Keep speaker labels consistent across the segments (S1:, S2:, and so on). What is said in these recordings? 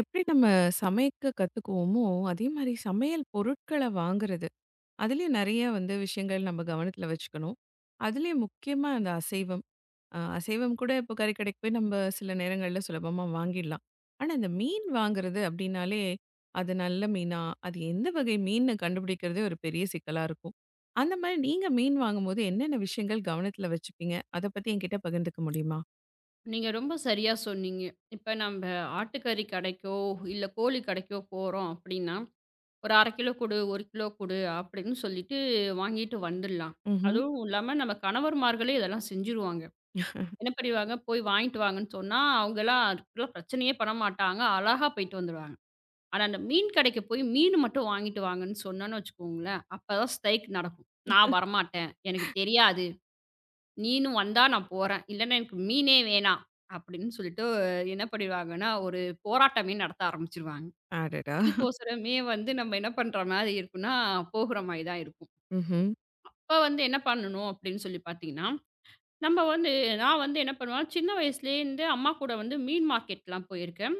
S1: எப்படி நம்ம சமைக்க கத்துக்குவோமோ, அதே மாரி சமையல் பொருட்கள வாங்குறது. அதுலயும் நெறைய வந்து விஷயங்கள் நம்ம கவனத்துல வச்சுக்கணும். அதுலயும் முக்கியமா அந்த அசைவம். அசைவம் கூட இப்போ கறிக்கடைக்கு போய் நம்ம சில நேரங்கள்ல சுலபமா வாங்கிடலாம். ஆனா, இந்த மீன் வாங்குறது அப்படின்னாலே, அது நல்ல மீனா? அது எந்த வகை மீன்னு கண்டுபிடிக்கிறதே ஒரு பெரிய சிக்கலா இருக்கும். அந்த மாரி நீங்க மீன் வாங்கும்போது என்னென்ன விஷயங்கள் கவனத்துல வச்சுப்பீங்க? அத பத்தி என்கிட்ட பகிர்ந்துக்க முடியுமா?
S2: நீங்க ரொம்ப சரியா சொன்னீங்க. இப்ப நம்ப ஆட்டுக்கறி கடைக்கோ, இல்ல கோழி கடைக்கோ போறோம் அப்படின்னா, ஒரு 1/2 கிலோ குடு, 1 கிலோ குடு அப்படின்னு சொல்லிட்டு வாங்கிட்டு வந்துடலாம்.
S1: ம்ஹ்ம்.
S2: அதுவும் இல்லாம நம்ம கணவர்மார்களே இதெல்லாம் செஞ்சுருவாங்க. என்ன பண்ணிருவாங்க, போய் வாங்கிட்டு வாங்கன்னு சொன்னா, அவங்கலாம் அதுக்குள்ள பிரச்சனையே பண்ண மாட்டாங்க. அழகா போயிட்டு வந்துருவாங்க. ஆனா அந்த மீன் கடைக்கு போய் மீன் மட்டும் வாங்கிட்டு வாங்கன்னு சொன்னோன்னு வச்சுக்கோங்களேன், அப்பதான் ஸ்ட்ரைக் நடக்கும். "நான் வரமாட்டேன். எனக்கு தெரியாது." நீனும் வந்தா நான் போறேன். இல்லன்னா எனக்கு மீனே வேணாம்." அப்படின்னு சொல்லிட்டு என்ன பண்ணிடுவாங்கன்னா, ஒரு போராட்டமே நடத்த ஆரம்பிச்சுருவாங்க.
S1: அடடா!
S2: இதுக்கோசரமே வந்து நம்ம என்ன பண்ற மாரி இருக்கும்னா, போகுற மாரி தான் இருக்கும்.
S1: ம்ஹ்ம்.
S2: அப்ப வந்து என்ன பண்ணணும் அப்படின்னு சொல்லி பார்த்தீங்கன்னா, நம்ம வந்து நான் வந்து என்ன பண்ணுவேன், சின்ன வயசுலேருந்து அம்மா கூட வந்து மீன் மார்க்கெட்லாம் போயிருக்கேன்.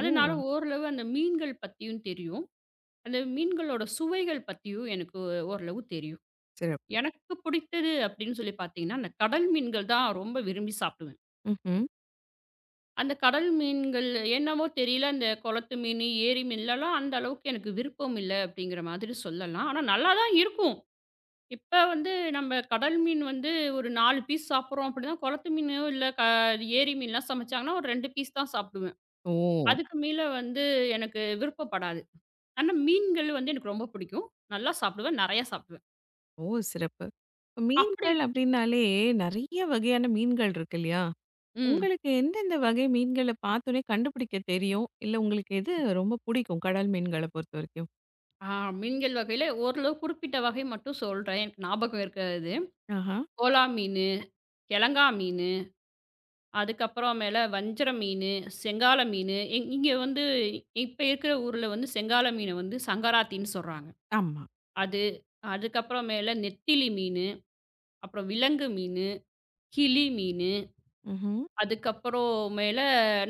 S2: அதனால ஓரளவு அந்த மீன்கள் பத்தியும் தெரியும். அந்த மீன்களோட சுவைகள் பத்தியும் எனக்கு ஓரளவு தெரியும்.
S1: சிறப்பு.
S2: எனக்கு பிடித்தது அப்படின்னு சொல்லி பார்த்தீங்கன்னா, அந்த கடல் மீன்கள் தான் ரொம்ப விரும்பி சாப்பிடுவேன்.
S1: ம்ஹ்ம்.
S2: அந்த கடல் மீன்கள் என்னவோ தெரியல. அந்த குளத்து மீன், ஏரி மீன்லலாம் அந்த அளவுக்கு எனக்கு விருப்பம் இல்ல அப்படிங்கிற மாதிரி சொல்லலாம். ஆனா நல்லா தான் இருக்கும். இப்ப வந்து நம்ம கடல் மீன் வந்து ஒரு 4 பீஸ் சாப்பிடுறோம் அப்படின்னா, குளத்து மீனோ இல்ல ஏரி மீன்லாம் சமைச்சாங்கன்னா ஒரு 2 பீஸ் தான் சாப்பிடுவேன்.
S1: ஓ!
S2: அதுக்கு மேல வந்து எனக்கு விருப்பப்படாது. ஆனா மீன்கள் வந்து எனக்கு ரொம்ப பிடிக்கும். நல்லா சாப்பிடுவேன். நெறையா சாப்பிடுவேன்.
S1: ஓ! சிறப்பு. இப்ப
S2: அப்படி
S1: மீன்கள் அப்டின்னாலே நெறைய வகையான மீன்கள் இருக்கு இல்லையா?
S2: ம்.
S1: உங்களுக்கு எந்தெந்த வகை மீன்கள பார்த்தோனே கண்டுபிடிக்க தெரியும்? இல்ல உங்களுக்கு எது ரொம்ப புடிக்கும்? கடல் மீன்கள பொறுத்தவரைக்கும்?
S2: ஆ மீன்கள் வகையில ஓரளவு குறிப்பிட்ட வகை மட்டும் சொல்றேன். எனக்கு ஞாபகம் இருக்கிறது.
S1: ஆஹா.
S2: கோலா மீனு, கிழங்கா மீனு அதுக்கப்புறமேல வஞ்சர மீனு, செங்கால மீனு. இங்க வந்து இப்ப இருக்கிற ஊர்ல வந்து செங்கால மீன வந்து சங்கராத்தின்னு சொல்றாங்க.
S1: ஆமா.
S2: அது. அதுக்கப்புறமேல நெத்திலி மீனு, அப்புறம் விலங்கு மீனு, கிளி மீனு,
S1: ம்ஹ்ம்.
S2: அதுக்கப்புறமேல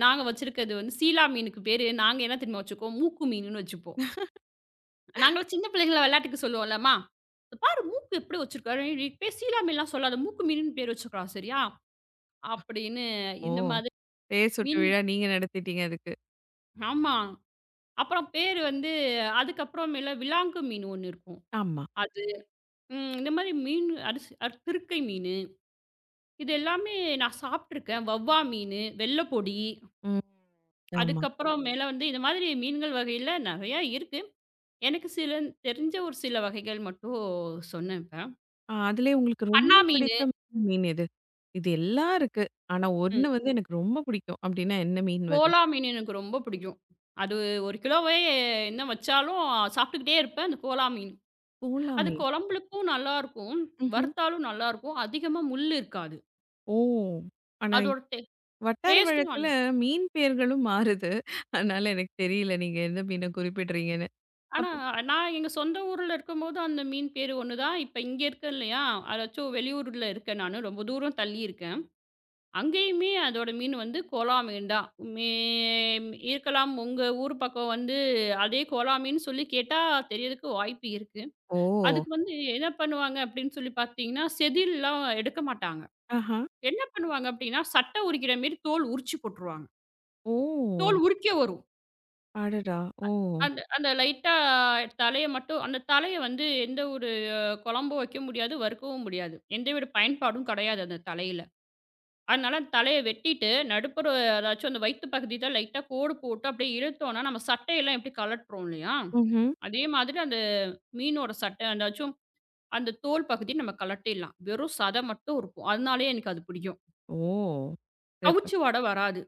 S2: நாங்க வச்சிருக்கிறது வந்து சீலா மீனுக்கு பேரு நாங்க என்ன தெரியுமா வச்சுக்குவோம்? மூக்கு மீனுன்னு வச்சுப்போம். நாங்கலாம் சின்ன பிள்ளைங்கள விளையாட்டுக்கு சொல்லுவோம்ல, "அம்மா, இத பாரு மூக்கு எப்படி வச்சிருக்காரு? நீ பேர் சீலா மீன்லாம் சொல்லாத. மூக்கு மீனுன்னு பேர் வச்சுக்கலாம் சரியா?" அப்படின்னு
S1: ஓ!
S2: இந்த மாதிரி
S1: பெயர் சூட்டு
S2: மீன்
S1: விழா நீங்க நடத்திட்டீங்க அதுக்கு.
S2: ஆமா. அப்புறம் பேரு வந்து அதுக்கப்புறமேல விலாங்கு மீன் ஒண்ணு இருக்கும்.
S1: ஆமா.
S2: அது ம். இந்த மாரி மீன் அரிசி அர் திருக்கை மீனு, இது எல்லாமே நான் சாப்பிட்டுருக்கேன். வவ்வா மீனு, வெள்ள பொடி,
S1: ம். ஆமா.
S2: அதுக்கப்புறம் மேல வந்து இந்த மாதிரி மீன்கள் வகையில நெறையா இருக்கு. எனக்கு சில தெரிஞ்ச ஒரு சில வகைகள் மட்டும் சொன்னேன் இப்ப.
S1: அதுலயே உங்களுக்கு ரொம்ப
S2: கண்ணா மீனு,
S1: பிடித்த மீன் எது? இது எல்லாம் இருக்கு. ஆனா
S2: ம்.
S1: ஒண்ணு வந்து எனக்கு ரொம்ப பிடிக்கும் அப்டின்னா என்ன மீன் வகை?
S2: கோலா மீன் எனக்கு ரொம்ப பிடிக்கும். அது 1 கிலோவே என்ன வச்சாலும் சாப்பிட்டுக்கிட்டே இருப்பேன், அந்த கோலா மீன்.
S1: பூலா
S2: அது
S1: மீன்.
S2: குழம்புக்கும் நல்லாருக்கும்,
S1: ம்ஹ்ம்.
S2: வறுத்தாலும் நல்லாருக்கும், அதிகமா முள்ளு இருக்காது.
S1: ஓ! ஆனா
S2: அதோட
S1: வட்டார
S2: டேஸ்ட்டும்
S1: வழக்குல
S2: நல்லா
S1: மீன் பெயர்களும் மாறுது. அதனால எனக்கு தெரியல நீங்க எந்த மீன குறிப்பிடுறீங்கன்னு.
S2: ஆனா,
S1: அப்போ
S2: நான் எங்க சொந்த ஊர்ல இருக்கும்போது அந்த மீன் பேரு ஒண்ணு தான். இப்ப இங்க இருக்கேன் இல்லையா? அதாச்சும் வெளியூர்ல இருக்கேன் நானு. ரொம்ப தூரம் தள்ளி இருக்கேன். அங்கேயுமே அதோட மீன் வந்து கோலா மீன் தான். மே இருக்கலாம் உங்க ஊர் பக்கம் வந்து அதே கோலா மீன் சொல்லி கேட்டா தெரியறதுக்கு வாய்ப்பு இருக்கு.
S1: ஓ!
S2: அதுக்கு வந்து என்ன பண்ணுவாங்க அப்படின்னு சொல்லி பார்த்தீங்கன்னா, செதில்லாம் எடுக்க மாட்டாங்க.
S1: ஆஹா.
S2: என்ன பண்ணுவாங்க அப்படின்னா, சட்டை உரிக்கிற மாரி தோல் உரிச்சு போட்டுருவாங்க. தோல்
S1: ஓ!
S2: உரிக்க வரும்.
S1: அடடா! ஓ!
S2: அந்த அந்த லைட்டா தலைய மட்டும் அந்த தலைய வந்து எந்த ஒரு குழம்பும் வைக்க முடியாது, வறுக்கவும் முடியாது. எந்தவித பயன்பாடும் கிடையாது அந்த தலையில. அதனால அந்த தலைய வெட்டிட்டு நடுப்புற அதாச்சும் அந்த வயித்து பகுதியில லைட்டா கோடு போட்டு அப்படியே இழுத்தோம்னா, நம்ம சட்டையெல்லாம் எப்படி கழட்டுறோம் இல்லையா?
S1: ம்ஹ்ம்.
S2: அதே மாதிரி அந்த மீனோட சட்டை அதாச்சும் அந்த தோல் பகுதி நம்ம கழட்டிடலாம். வெறும் சதை மட்டும் இருக்கும். அதனாலேயே எனக்கு அது பிடிக்கும்.
S1: ஓ! சிறப்பு.
S2: கவுச்சி வாடை வராது.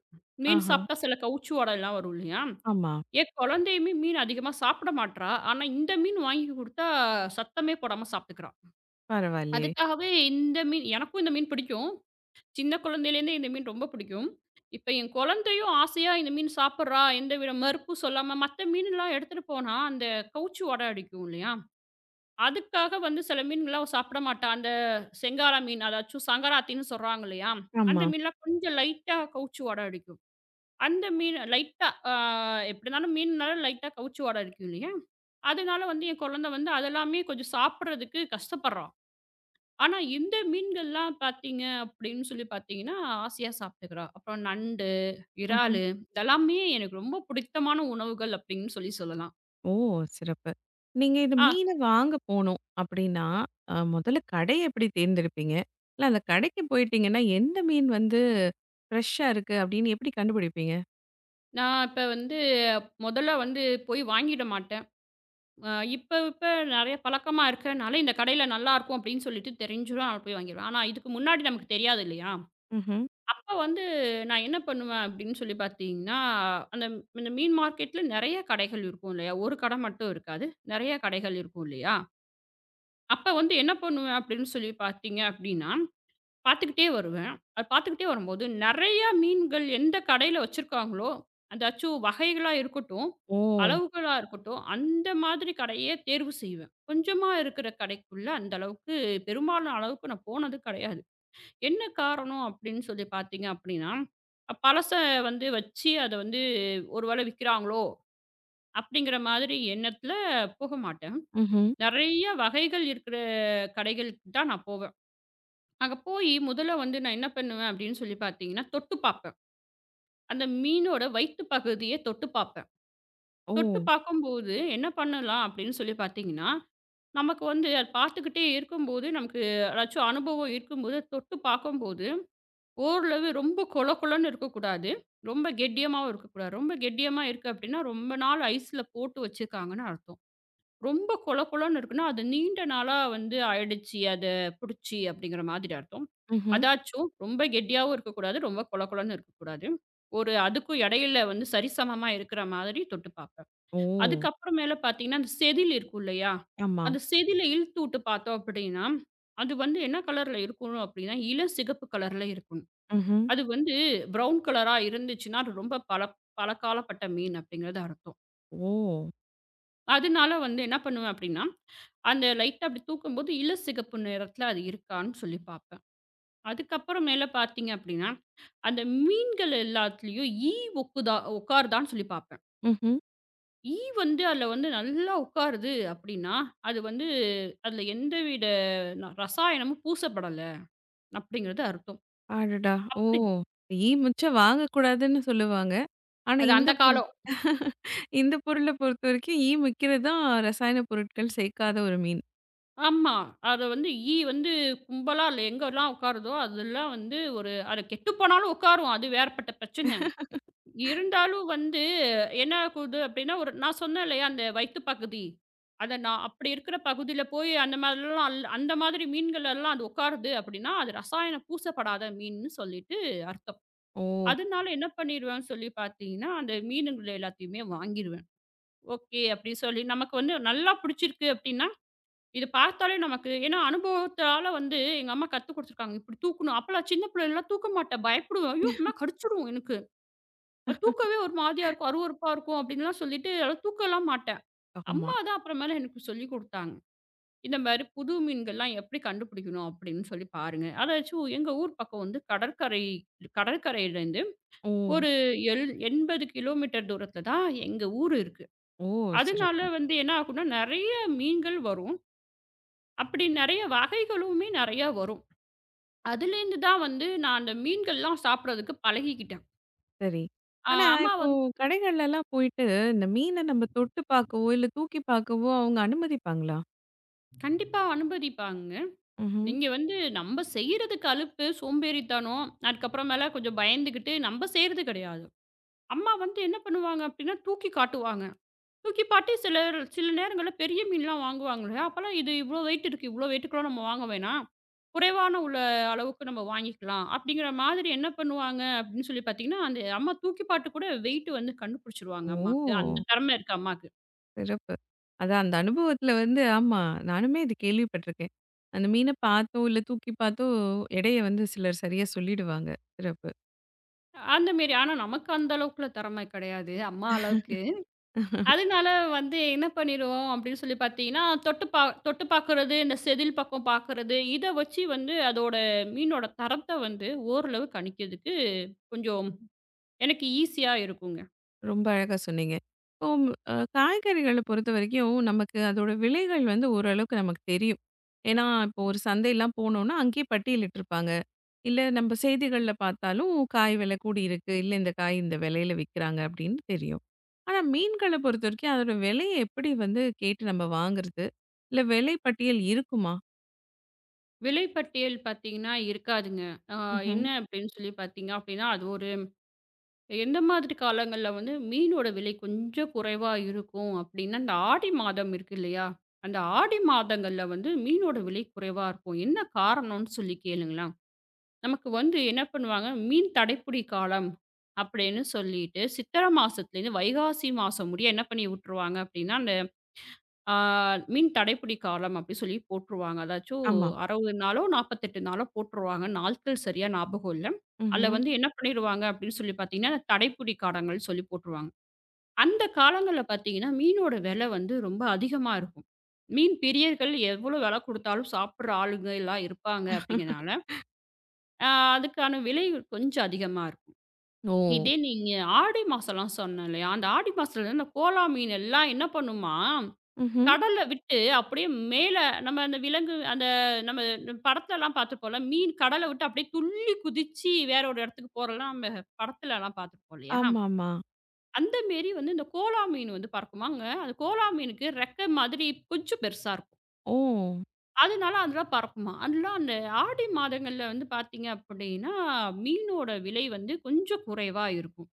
S2: மீன்
S1: ஆஹா.
S2: சாப்பிட்டா சில கவுச்சி வாடைலாம் வரும் இல்லையா?
S1: ஆமா.
S2: என் குழந்தையுமே மீன் அதிகமா சாப்பிட மாட்றா. ஆனா, இந்த மீன் வாங்கி குடுத்தா சத்தமே போடாம சாப்பிட்டுக்கிறா.
S1: பரவாயில்லையே!
S2: அதுக்காகவே இந்த மீன் எனக்கும் இந்த மீன் பிடிக்கும். சின்ன குழந்தையிலேருந்தே இந்த மீன் ரொம்ப பிடிக்கும். இப்ப என் குழந்தையும் ஆசையா இந்த மீன் சாப்பிட்றா, எந்தவித மறுப்பும் சொல்லாம மத்த மீன்லாம் எடுத்துட்டு போனா, அந்த கவுச்சி வாட அடிக்கும் இல்லையா? அதுக்காக வந்து சில மீன்கள்லாம் அவ சாப்பிட மாட்டா. அந்த செங்கால மீன் அதாச்சும் சங்கராத்தின்னு சொல்றாங்க இல்லையா?
S1: ஆமா.
S2: அந்த மீன்லாம் கொஞ்சம் லைட்டா கவுச்சி வாட அடிக்கும். அந்த மீன் லைட்டா எப்டி இருந்தாலும் மீன்னால லைட்டா கவுச்சி வாட அடிக்கும் இல்லையா? அதனால வந்து என் குழந்தை வந்து அதெல்லாமே கொஞ்சம் சாப்பிட்றதுக்கு கஷ்டப்படுறா. ஆனா, இந்த மீன்கள்லாம் பார்த்தீங்க அப்படின்னு சொல்லி பார்த்தீங்கன்னா, ஆசையா சாப்பிட்டுக்கிறா. அப்புறம் நண்டு,
S1: ம்ஹ்ம்.
S2: இறாலு இதெல்லாமே எனக்கு ரொம்ப பிடித்தமான உணவுகள் அப்படின்னு சொல்லி சொல்லலாம்.
S1: ஓ! சிறப்பு. நீங்க இந்த
S2: ஆ
S1: மீன வாங்க போணும் அப்டின்னா, முதல்ல கடைய எப்படி தேர்ந்தெடுப்பீங்க? இல்ல அந்த கடைக்கு போயிட்டீங்கன்னா, எந்த மீன் வந்து ஃப்ரெஷ்ஷா இருக்கு அப்டின்னு எப்படி கண்டுபிடிப்பீங்க?
S2: நான் இப்ப வந்து முதல்ல வந்து போய் வாங்கிட மாட்டேன். அ இப்ப இப்ப நெறைய பழக்கமா இருக்கனால, இந்த கடையில நல்லாயிருக்கும் அப்படின்னு சொல்லிட்டு தெரிஞ்சும் நான் போய் வாங்கிருவேன். ஆனா, இதுக்கு முன்னாடி நமக்கு தெரியாது இல்லையா?
S1: ம்ஹ்ம்.
S2: அப்ப வந்து நான் என்ன பண்ணுவேன் அப்படின்னு சொல்லி பார்த்தீங்கன்னா, அந்த அந்த மீன் மார்க்கெட்ல நெறைய கடைகள் இருக்கும் இல்லையா? ஒரு கடை மட்டும் இருக்காது. நெறைய கடைகள் இருக்கும் இல்லையா? அப்ப வந்து என்ன பண்ணுவேன் அப்படின்னு சொல்லி பார்த்தீங்க அப்படின்னா, பார்த்துக்கிட்டே வருவேன். அது பார்த்துக்கிட்டே வரும்போது நெறைய மீன்கள் எந்த கடையில வச்சிருக்காங்களோ, அதாச்சும் வகைகளா இருக்கட்டும்,
S1: ஓ!
S2: அளவுகளா இருக்கட்டும், அந்த மாதிரி கடையே தேர்வு செய்வேன். கொஞ்சமா இருக்கிற கடைக்குள்ள அந்த அளவுக்கு பெரும்பாலான அளவுக்கு நான் போனது கிடையாது. என்ன காரணம் அப்படின்னு சொல்லி பார்த்தீங்க அப்படின்னா, அ பழச வந்து வச்சு அத வந்து ஒரு வேள விக்கிறாங்களோ! அப்படிங்கிற மாதிரி எண்ணத்துல போக மாட்டேன்.
S1: ம்ஹ்ம்.
S2: நெறைய வகைகள் இருக்கிற கடைகளுக்கு தான் நான் போவேன். அங்க போயி முதல்ல வந்து நான் என்ன பண்ணுவேன் அப்படின்னு சொல்லி பார்த்தீங்கன்னா, தொட்டு பார்ப்பேன். அந்த மீனோட வயித்து பகுதிய தொட்டு பார்ப்பேன்.
S1: ஓ!
S2: தொட்டு பார்க்கும்போது என்ன பண்ணலாம் அப்படின்னு சொல்லி பார்த்தீங்கன்னா, நமக்கு வந்து அத பார்த்துக்கிட்டே இருக்கும்போது, நமக்கு ஏதாச்சும் அனுபவம் இருக்கும்போது தொட்டு பார்க்கும்போது ஓரளவு ரொம்ப கொல கொலன்னு இருக்கக்கூடாது. ரொம்ப கெட்டியமாவும் இருக்கக்கூடாது. ரொம்ப கெட்டியமா இருக்கு அப்டின்னா, ரொம்ப நாள் ஐஸ்ல போட்டு வச்சிருக்காங்கன்னு அர்த்தம். ரொம்ப கொல கொலன்னு இருக்குன்னா, அது நீண்ட நாளா வந்து ஆயிடுச்சு, அத புடிச்சு அப்டிங்கிற மாதிரி அர்த்தம்.
S1: ம்ஹ்ம்.
S2: அதாச்சும் ரொம்ப கெட்டியாவும் இருக்கக்கூடாது, ரொம்ப கொல கொலன்னு இருக்கக்கூடாது. ஒரு அதுக்கும் இடையில வந்து சரிசமமா இருக்கிற மாதிரி தொட்டு பார்ப்பேன்.
S1: ஓ!
S2: அதுக்கப்புறம் மேல பார்த்தீங்கன்னா, அந்த செதில் இருக்கும் இல்லையா?
S1: ஆமா.
S2: அந்த செதில இழுத்து விட்டு பார்த்தோம் அப்டின்னா, அது வந்து என்ன கலர்ல இருக்கணும் அப்டின்னா, இளம் சிகப்பு கலர்ல இருக்கணும்.
S1: ம்ஹ்ம்.
S2: அது வந்து ப்ரவுன் கலரா இருந்துச்சுன்னா, அது ரொம்ப பழக்காலப்பட்ட மீன் அப்படிங்கிறது அர்த்தம்.
S1: ஓ!
S2: அதனால வந்து என்ன பண்ணுவேன் அப்படின்னா, அந்த லைட்டா அப்படி தூக்கும்போது இளசிகப்பு நிறத்தில அது இருக்கான்னு சொல்லி பார்ப்பேன். அதுக்கப்புறம் மேல பார்த்தீங்க அப்படின்னா, அந்த மீன்கள் எல்லாத்துலயும் ஒக்குதா உட்காருதான்னு சொல்லி பார்ப்பேன்.
S1: ம்ஹ்ம்.
S2: ஈ வந்து அதில வந்து நல்லா உட்காருது அப்படின்னா, அது வந்து அதில எந்தவித ரசாயனமும் பூசப்படல அப்படிங்கிறது அர்த்தம்.
S1: அடடா! ஓ!
S2: அப்படி
S1: ஈ மிச்சம் வாங்கக்கூடாதுன்னு சொல்லுவாங்க. ஆனா
S2: அது
S1: இந்த
S2: அந்த கால
S1: பொருள் இந்த பொருள பொறுத்தவரைக்கும் ஈ மிக்கிறது தான் ரசாயன பொருட்கள் சேர்க்காத ஒரு மீன்.
S2: ஆமா. அத வந்து ஈ வந்து கும்பலா இல்ல, எங்கலாம் உட்காருதோ, அதெல்லாம் வந்து ஒரு அது கெட்டு போனாலும் உட்காரும். அது வேறப்பட்ட பிரச்சன. இருந்தாலும் வந்து என்ன ஆகுது அப்டின்னா, ஒரு நான் சொன்னேன் இல்லையா, அந்த வயித்து பகுதி. அத நான் அப்படி இருக்கிற பகுதியில போய் அந்த மாதிரிலாம் அந்த மாதிரி மீன்கள் எல்லாம் அது உட்காருது அப்படின்னா, அது ரசாயனம் பூசப்படாத மீன்னு சொல்லிட்டு அர்த்தம்.
S1: ஓ!
S2: அதனால என்ன பண்ணிருவேன்னு சொல்லி பார்த்தீங்கன்னா, அந்த மீனுங்கள எல்லாத்தையுமே வாங்கிருவேன். ஓகே. அப்படி சொல்லி நமக்கு வந்து நல்லா புடிச்சிருக்கு அப்படின்னா இது பார்த்தாலே நமக்கு ஏன்னா அனுபவத்தால வந்து எங்க அம்மா கத்து குடுத்துருக்காங்க. இப்டி தூக்கணும். அப்பலாம் சின்ன பிள்ளைலலாம் தூக்க மாட்டேன். பயப்படுவேன். ஐயோ! அம்மா கடிச்சிரும் எனக்கு. அது தூக்கவே ஒரு மாதிரியா இருக்கும். அருவருப்பா இருக்கும் அப்டின்லாம் சொல்லிட்டு அதெல்லாம் தூக்கலாம் மாட்டேன்.
S1: ஆமா.
S2: அம்மா தான் அப்புறமேல எனக்கு சொல்லிக் குடுத்தாங்க. இந்த மாரி புது மீன்கள்லாம் எப்டி கண்டுபிடிக்கணும் அப்டின்னு சொல்லி பாருங்க. அதாச்சும் எங்க ஊர் பக்கம் வந்து கடற்கரையிலேருந்து
S1: ஓ!
S2: ஒரு எல் 80 கிலோமீட்டர் தூரத்தில தான் எங்க ஊர் இருக்கு.
S1: ஓ!
S2: அதனால
S1: சிறப்பு.
S2: வந்து என்ன ஆகும்னா நெறைய மீன்கள் வரும். அப்டி நெறைய வகைகளுமே நெறையா வரும். அதுலேருந்து தான் வந்து நான் அந்த மீன்கள்லாம் சாப்பிடறதுக்கு பழகிக்கிட்டேன்.
S1: சரி. ஆனா
S2: அம்மா
S1: இப்போ
S2: வந்து
S1: கடைகள்லலாம் போயிட்டு இந்த மீன நம்ம தொட்டு பார்க்கவோ, இல்ல தூக்கி பார்க்கவோ அவங்க அனுமதிப்பாங்களா?
S2: கண்டிப்பா அனுமதிப்பாங்க.
S1: ம்ஹ்ம்.
S2: நீங்க வந்து நம்ம செய்றதுக்கு அலுப்பு, சோம்பேறித்தனம், அதுக்கப்புறமேல கொஞ்சம் பயந்துகிட்டு நம்ம செய்றது கிடையாது. அம்மா வந்து என்ன பண்ணுவாங்க அப்டின்னா, தூக்கி காட்டுவாங்க. தூக்கி காட்டி சில சில நேரங்கள்ல பெரிய மீன்லாம் வாங்குவாங்க இல்லையா? அப்பலாம் இது இவ்ளோ வெயிட் இருக்கு. இவ்ளோ வெயிட்டுக்குலாம் நம்ம வாங்க வேணாம். குறைவான உள்ள அளவுக்கு நம்ம வாங்கிக்கலாம். அப்டிங்கிற மாதிரி என்ன பண்ணுவாங்க அப்டின்னு சொல்லி பார்த்தீங்கன்னா, அந்த அம்மா தூக்கி போட்டு கூட வெயிட் வந்து கண்டுபிடிச்சுருவாங்க அம்மாக்கு.
S1: ஓ!
S2: அந்த திறமை இருக்கு அம்மாக்கு.
S1: சிறப்பு. அதான் அந்த அனுபவத்துல வந்து ஆமா. நானுமே இது கேள்விப்பட்டுருக்கேன். அந்த மீன பார்த்தோ, இல்ல தூக்கி பார்த்தோ எடைய வந்து சிலர் சரியா சொல்லிடுவாங்க. சிறப்பு.
S2: அந்த மாரி. ஆனா, நமக்கு அந்த அளவுக்குலாம் திறமை கிடையாது, அம்மா அளவுக்கு. அதனால வந்து என்ன பண்ணிருவோம் அப்படின்னு சொல்லி பார்த்தீங்கன்னா, தொட்டு பார்க்குறது, இந்த செதில் பக்கம் பார்க்குறது, இத வச்சு வந்து அதோட மீனோட தரத்த வந்து ஓரளவு கணிக்கிறதுக்கு கொஞ்சம் எனக்கு ஈஸியா இருக்குங்க.
S1: ரொம்ப அழகா சொன்னீங்க. இப்போ காய்கறிகள பொறுத்தவரைக்கும் நமக்கு அதோட விலைகள் வந்து ஓரளவுக்கு நமக்கு தெரியும். ஏன்னா இப்போ ஒரு சந்தைலாம் போனோம்னா, அங்கேயே பட்டியலிட்டுருப்பாங்க. இல்ல நம்ம செய்திகள்ல பார்த்தாலும் காய் விலை கூடியிருக்கு. இல்ல இந்த காய் இந்த விலையில விக்கிறாங்க அப்படின்னு தெரியும். ஆனா மீன்கள பொறுத்தவரைக்கும் அதோட விலைய எப்படி வந்து கேட்டு நம்ம வாங்குறது? இல்ல விலை பட்டியல் இருக்குமா?
S2: விலைப்பட்டியல் பார்த்தீங்கன்னா இருக்காதுங்க. ஆ
S1: ம்ஹ்ம்.
S2: என்ன அப்படின்னு சொல்லி பார்த்தீங்க அப்படின்னா, அது ஒரு எந்த மாதிரி காலங்கள்ல வந்து மீனோட விலை கொஞ்சம் குறைவா இருக்கும் அப்டின்னா, இந்த ஆடி மாதம் இருக்கு இல்லையா? அந்த ஆடி மாதங்கள்ல வந்து மீனோட விலை குறைவா இருக்கும். என்ன காரணம்னு சொல்லி கேளுங்களேன். நமக்கு வந்து என்ன பண்ணுவாங்க, மீன் தடைப்புடி காலம் அப்படின்னு சொல்லிட்டு, சித்திரை மாசத்துலேருந்து வைகாசி மாசம் முடிய என்ன பண்ணி விட்டுருவாங்க அப்டின்னா, ஆ மின் தடைப்புடி காலம் அப்படி சொல்லி போட்டுருவாங்க. அதாச்சும்
S1: ஆமா.
S2: 60 நாளோ, 48 நாளோ போட்டுருவாங்க. நாட்கள் சரியா ஞாபகம் இல்ல. அதுல
S1: ம்ஹ்ம்.
S2: வந்து என்ன பண்ணிருவாங்க அப்படின்னு சொல்லி பார்த்தீங்கன்னா, தடைப்புடி காலங்கள்னு சொல்லி போட்டுருவாங்க. அந்த காலங்கள்ல பார்த்தீங்கன்னா, மீனோட விலை வந்து ரொம்ப அதிகமா இருக்கும். மீன் பிரியர்கள் எவ்வளோ விலை குடுத்தாலும் சாப்பிடுற ஆளுங்க எல்லாம் இருப்பாங்க அப்படிங்கிறனால, அ அதுக்கான விலை கொஞ்சம் அதிகமா இருக்கும்.
S1: ஓ!
S2: இதே நீங்க ஆடி மாசம்லாம் சொன்னேன் இல்லையா? அந்த ஆடி மாசத்துல இந்த கோலா மீன் எல்லாம் என்ன பண்ணுமா
S1: ம்ஹ்ம்.
S2: கடல்ல விட்டு அப்படியே மேல நம்ம அந்த விலங்கு அந்த நம்ம படத்துலலாம் பார்த்துருப்போம்ல, மீன் கடல விட்டு அப்படியே துள்ளி குதிச்சு வேற ஒரு இடத்துக்கு போறலாம் நம்ம படத்துலலாம் பார்த்துருப்போம் இல்லையா?
S1: ஆமாமா.
S2: அந்த மேரி வந்து இந்த கோலா மீன் வந்து பறக்குமாங்க. அது கோலா மீனுக்கு ரெக்கை மாதிரி கொஞ்சம் பெருசா இருக்கும்.
S1: ஓ!
S2: அதனால அதெல்லாம் பறக்குமாம். அதெல்லாம் அந்த ஆடி மாதங்கள்ல வந்து பார்த்தீங்க அப்படின்னா, மீனோட விலை வந்து கொஞ்சம் குறைவா இருக்கும்.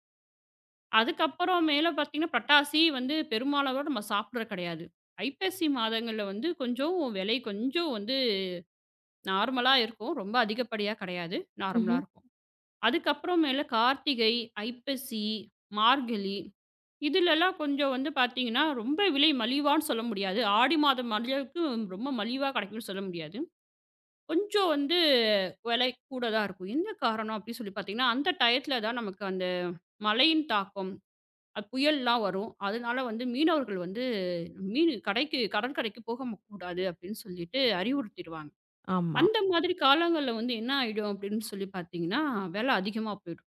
S2: அதுக்கப்புறம் மேல பார்த்தீங்கன்னா, பட்டாசி வந்து பெரும்பாலானோர் நம்ம சாப்பிடுறது கிடையாது. ஐப்பசி மாதங்கள்ல வந்து கொஞ்சம் விலை கொஞ்சம் வந்து நார்மலா இருக்கும். ரொம்ப அதிகப்படியா கிடையாது. நார்மலா
S1: ம்ஹ்ம்.
S2: இருக்கும். அதுக்கப்புறம் மேல கார்த்திகை, ஐப்பசி, மார்கழி இதுலலாம் கொஞ்சம் வந்து பார்த்தீங்கன்னா, ரொம்ப விலை மலிவான்னு சொல்ல முடியாது. ஆடி மாதம் அளவுக்கு ரொம்ப மலிவா கிடைக்கும்னு சொல்ல முடியாது. கொஞ்சம் வந்து விலை கூட தான் இருக்கும். என்ன காரணம் அப்படின்னு சொல்லி பார்த்தீங்கன்னா, அந்த டயத்துல தான் நமக்கு அந்த மழையின் தாக்கம் புயல்லாம் வரும். அதனால வந்து மீனவர்கள் வந்து மீன் கடைக்கு கடற்கரைக்கு போக கூடாது அப்படின்னு சொல்லிட்டு அறிவுறுத்திருவாங்க.
S1: ஆமா.
S2: அந்த மாதிரி காலங்கள்ல வந்து என்ன ஆயிடும் அப்படின்னு சொல்லி பார்த்தீங்கன்னா, விலை அதிகமா போயிடும்.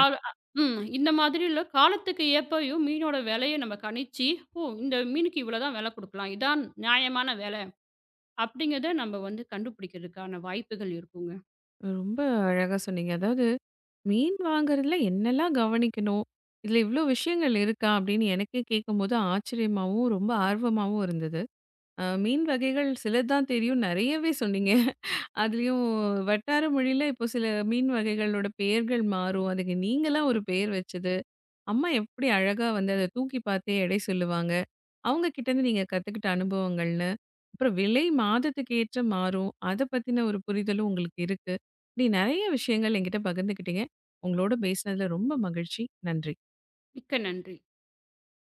S2: ஆ அ ம். இந்த மாதிரில காலத்துக்கு ஏற்பயும் மீனோட விலைய நம்ம கணிச்சு, ஓ! இந்த மீனுக்கு இவ்வளோ தான் விலை குடுக்கலாம். இதான் நியாயமான விலை. அப்படிங்கிறத நம்ம வந்து கண்டுபிடிக்கிறதுக்கான வாய்ப்புகள் இருக்குங்க.
S1: ரொம்ப அழகா சொன்னீங்க. அதாவது மீன் வாங்குறதுல என்னெல்லாம் கவனிக்கணும்? இதுல இவ்ளோ விஷயங்கள் இருக்கா? அப்படின்னு எனக்கே கேட்கும்போது ஆச்சரியமாவும், ரொம்ப ஆர்வமாவும் இருந்தது. மீன் வகைகள் சிலது தான் தெரியும். நெறையவே சொன்னீங்க. அதுலயும் வட்டார மொழியில இப்போ சில மீன் வகைகளோட பெயர்கள் மாறும். அதுக்கு நீங்களா ஒரு பெயர் வச்சது, அம்மா எப்படி அழகா வந்து அத தூக்கி பார்த்தே எடை சொல்லுவாங்க. அவங்க கிட்ட இருந்து நீங்க கத்துக்கிட்ட அனுபவங்கள்னு, அப்புறம் விலை மாதத்துக்கு ஏற்ற மாறும். அத பத்தின ஒரு புரிதலும் உங்களுக்கு இருக்கு. இப்படி நெறைய விஷயங்கள் என்கிட்ட பகிர்ந்துக்கிட்டீங்க. உங்களோட பேசினதுல ரொம்ப மகிழ்ச்சி. நன்றி.
S2: மிக்க நன்றி.